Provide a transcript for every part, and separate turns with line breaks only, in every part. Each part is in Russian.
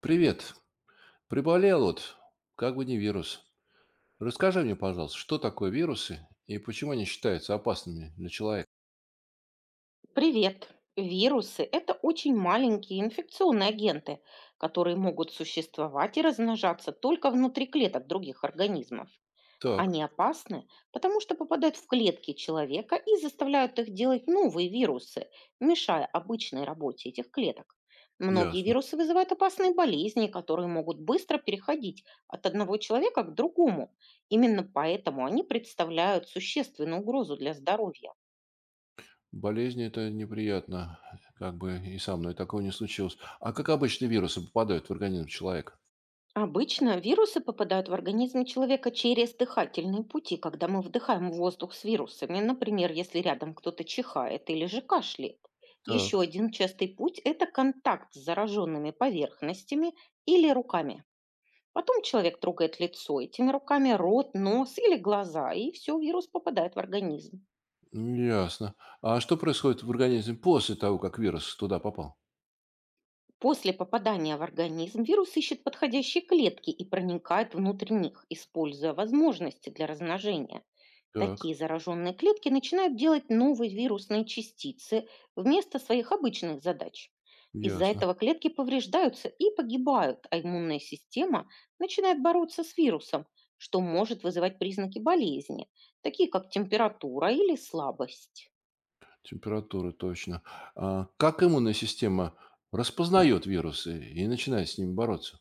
Привет. Приболел вот, как бы не вирус. Расскажи мне, пожалуйста, что такое вирусы и почему они считаются опасными для человека?
Привет! Вирусы– это очень маленькие инфекционные агенты, которые могут существовать и размножаться только внутри клеток других организмов.
Так,
Они опасны, потому что попадают в клетки человека и заставляют их делать новые вирусы, мешая обычной работе этих клеток. Многие
ясно.
вирусы вызывают опасные болезни, которые могут быстро переходить от одного человека к другому. Именно поэтому они представляют существенную угрозу для здоровья.
Болезни это неприятно, как бы и со мной такого не случилось. А как обычно вирусы попадают в организм человека?
Обычно вирусы попадают в организм человека через дыхательные пути, когда мы вдыхаем воздух с вирусами, например, если рядом кто-то чихает или же кашляет. Еще
Так,
один частый путь– это контакт с зараженными поверхностями или руками. Потом человек трогает лицо этими руками, рот, нос или глаза, и все, вирус попадает в организм.
ясно. А что происходит в организме после того, как вирус туда попал?
После попадания в организм вирус ищет подходящие клетки и проникает внутрь них, используя возможности для размножения. Такие
Так,
зараженные клетки начинают делать новые вирусные частицы вместо своих обычных задач. Из-за
ясно.
этого клетки повреждаются и погибают, а иммунная система начинает бороться с вирусом, что может вызывать признаки болезни, такие как температура или слабость.
Температура точно. А как иммунная система распознает вирусы и начинает с ними бороться?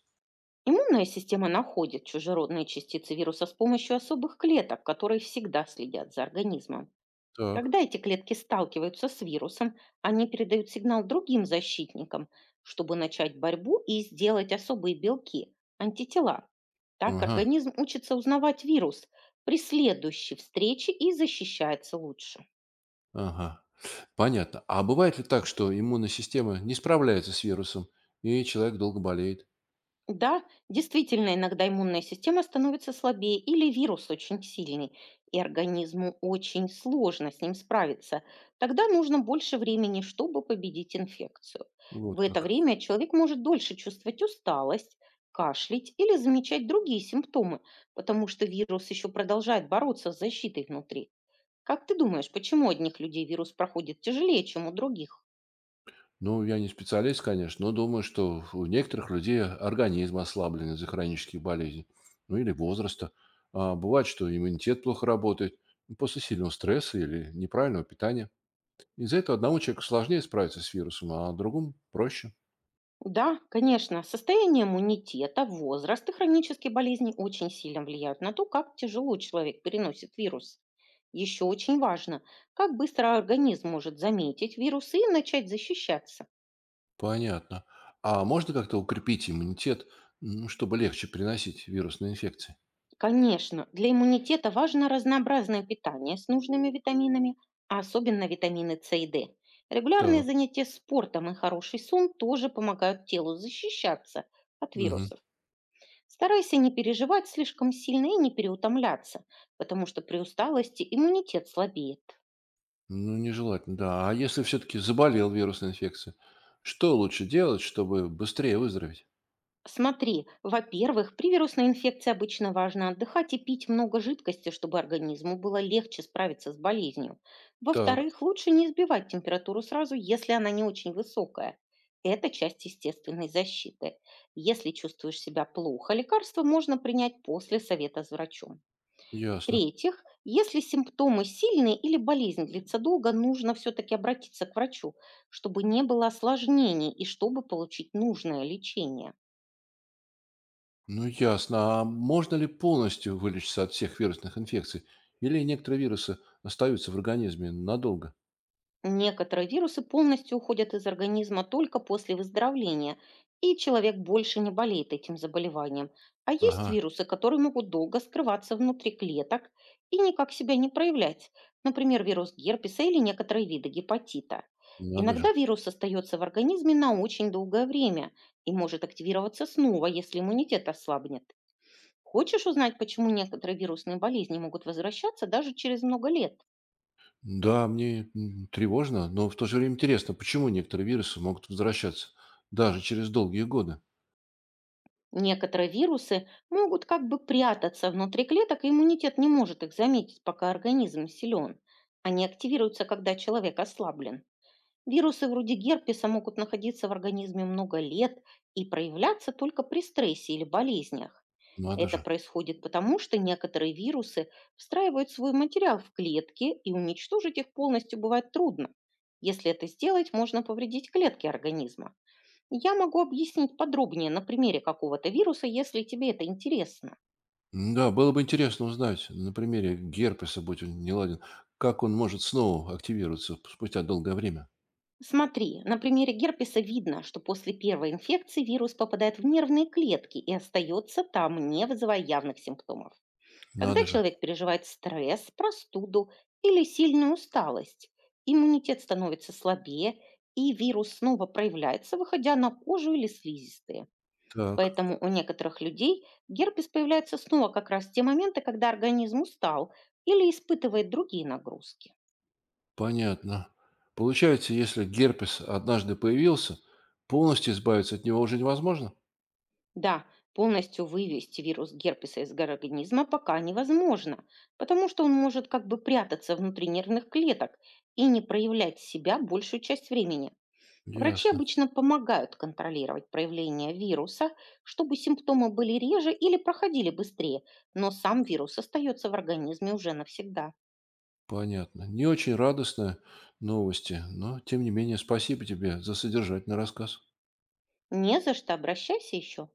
Иммунная система находит чужеродные частицы вируса с помощью особых клеток, которые всегда следят за организмом.
Так,
Когда эти клетки сталкиваются с вирусом, они передают сигнал другим защитникам, чтобы начать борьбу и сделать особые белки– антитела. Так
ага.
организм учится узнавать вирус при следующей встрече и защищается лучше.
Ага, понятно. А бывает ли так, что иммунная система не справляется с вирусом, и человек долго болеет?
Да, действительно, иногда иммунная система становится слабее или вирус очень сильный, и организму очень сложно с ним справиться. Тогда нужно больше времени, чтобы победить инфекцию. В
Вот
это
как.
время человек может дольше чувствовать усталость, кашлять или замечать другие симптомы, потому что вирус еще продолжает бороться с защитой внутри. Как ты думаешь, почему у одних людей вирус проходит тяжелее, чем у других?
Ну, я не специалист, конечно, но думаю, что у некоторых людей организм ослаблен из-за хронических болезней, ну или возраста. А бывает, что иммунитет плохо работает после сильного стресса или неправильного питания. Из-за этого одному человеку сложнее справиться с вирусом, а другому проще.
Да, конечно, состояние иммунитета, возраст и хронические болезни очень сильно влияют на то, как тяжело человек переносит вирус. Еще очень важно, как быстро организм может заметить вирусы и начать защищаться.
Понятно. А можно как-то укрепить иммунитет, чтобы легче переносить вирусные инфекции?
Конечно, для иммунитета важно разнообразное питание с нужными витаминами, а особенно витамины С и Д. Регулярные
Так.
занятия спортом и хороший сон тоже помогают телу защищаться от
Мгм.
вирусов. Старайся не переживать слишком сильно и не переутомляться, потому что при усталости иммунитет слабеет.
Ну, нежелательно, да. А если все-таки заболел вирусной инфекцией, что лучше делать, чтобы быстрее выздороветь?
Смотри, во-первых, при вирусной инфекции обычно важно отдыхать и пить много жидкости, чтобы организму было легче справиться с болезнью.
Так,
Во-вторых, лучше не сбивать температуру сразу, если она не очень высокая. Это часть естественной защиты. Если чувствуешь себя плохо, лекарство можно принять после совета с врачом.
ясно.
В-третьих, если симптомы сильные или болезнь длится долго, нужно все-таки обратиться к врачу, чтобы не было осложнений и чтобы получить нужное лечение.
Ну, ясно. А можно ли полностью вылечиться от всех вирусных инфекций? Или некоторые вирусы остаются в организме надолго?
Некоторые вирусы полностью уходят из организма только после выздоровления, и человек больше не болеет этим заболеванием. А есть
Ага,
вирусы, которые могут долго скрываться внутри клеток и никак себя не проявлять, например, вирус герпеса или некоторые виды гепатита.
надо же.
Иногда вирус остается в организме на очень долгое время и может активироваться снова, если иммунитет ослабнет. Хочешь узнать, почему некоторые вирусные болезни могут возвращаться даже через много лет?
Да, мне тревожно, но в то же время интересно, почему некоторые вирусы могут возвращаться даже через долгие годы?
Некоторые вирусы могут как бы прятаться внутри клеток, и иммунитет не может их заметить, пока организм силен. Они активируются, когда человек ослаблен. Вирусы вроде герпеса могут находиться в организме много лет и проявляться только при стрессе или болезнях.
Надо
Это
же.
происходит потому, что некоторые вирусы встраивают свой материал в клетки, и уничтожить их полностью бывает трудно. Если это сделать, можно повредить клетки организма. Я могу объяснить подробнее на примере какого-то вируса, если тебе это интересно.
Да, было бы интересно узнать на примере герпеса, событий он не ладен, как он может снова активироваться спустя долгое время.
Смотри, на примере герпеса видно, что после первой инфекции вирус попадает в нервные клетки и остается там, не вызывая явных симптомов. Когда
Надо же.
человек переживает стресс, простуду или сильную усталость, иммунитет становится слабее, и вирус снова проявляется, выходя на кожу или слизистые.
Так,
Поэтому у некоторых людей герпес появляется снова как раз в те моменты, когда организм устал или испытывает другие нагрузки.
понятно. Получается, если герпес однажды появился, полностью избавиться от него уже невозможно?
Да, полностью вывести вирус герпеса из организма пока невозможно, потому что он может как бы прятаться внутри нервных клеток и не проявлять себя большую часть времени. Врачи
Ясно,
обычно помогают контролировать проявление вируса, чтобы симптомы были реже или проходили быстрее, но сам вирус остается в организме уже навсегда.
понятно. Не очень радостные новости, но тем не менее спасибо тебе за содержательный рассказ.
Не за что, обращайся еще.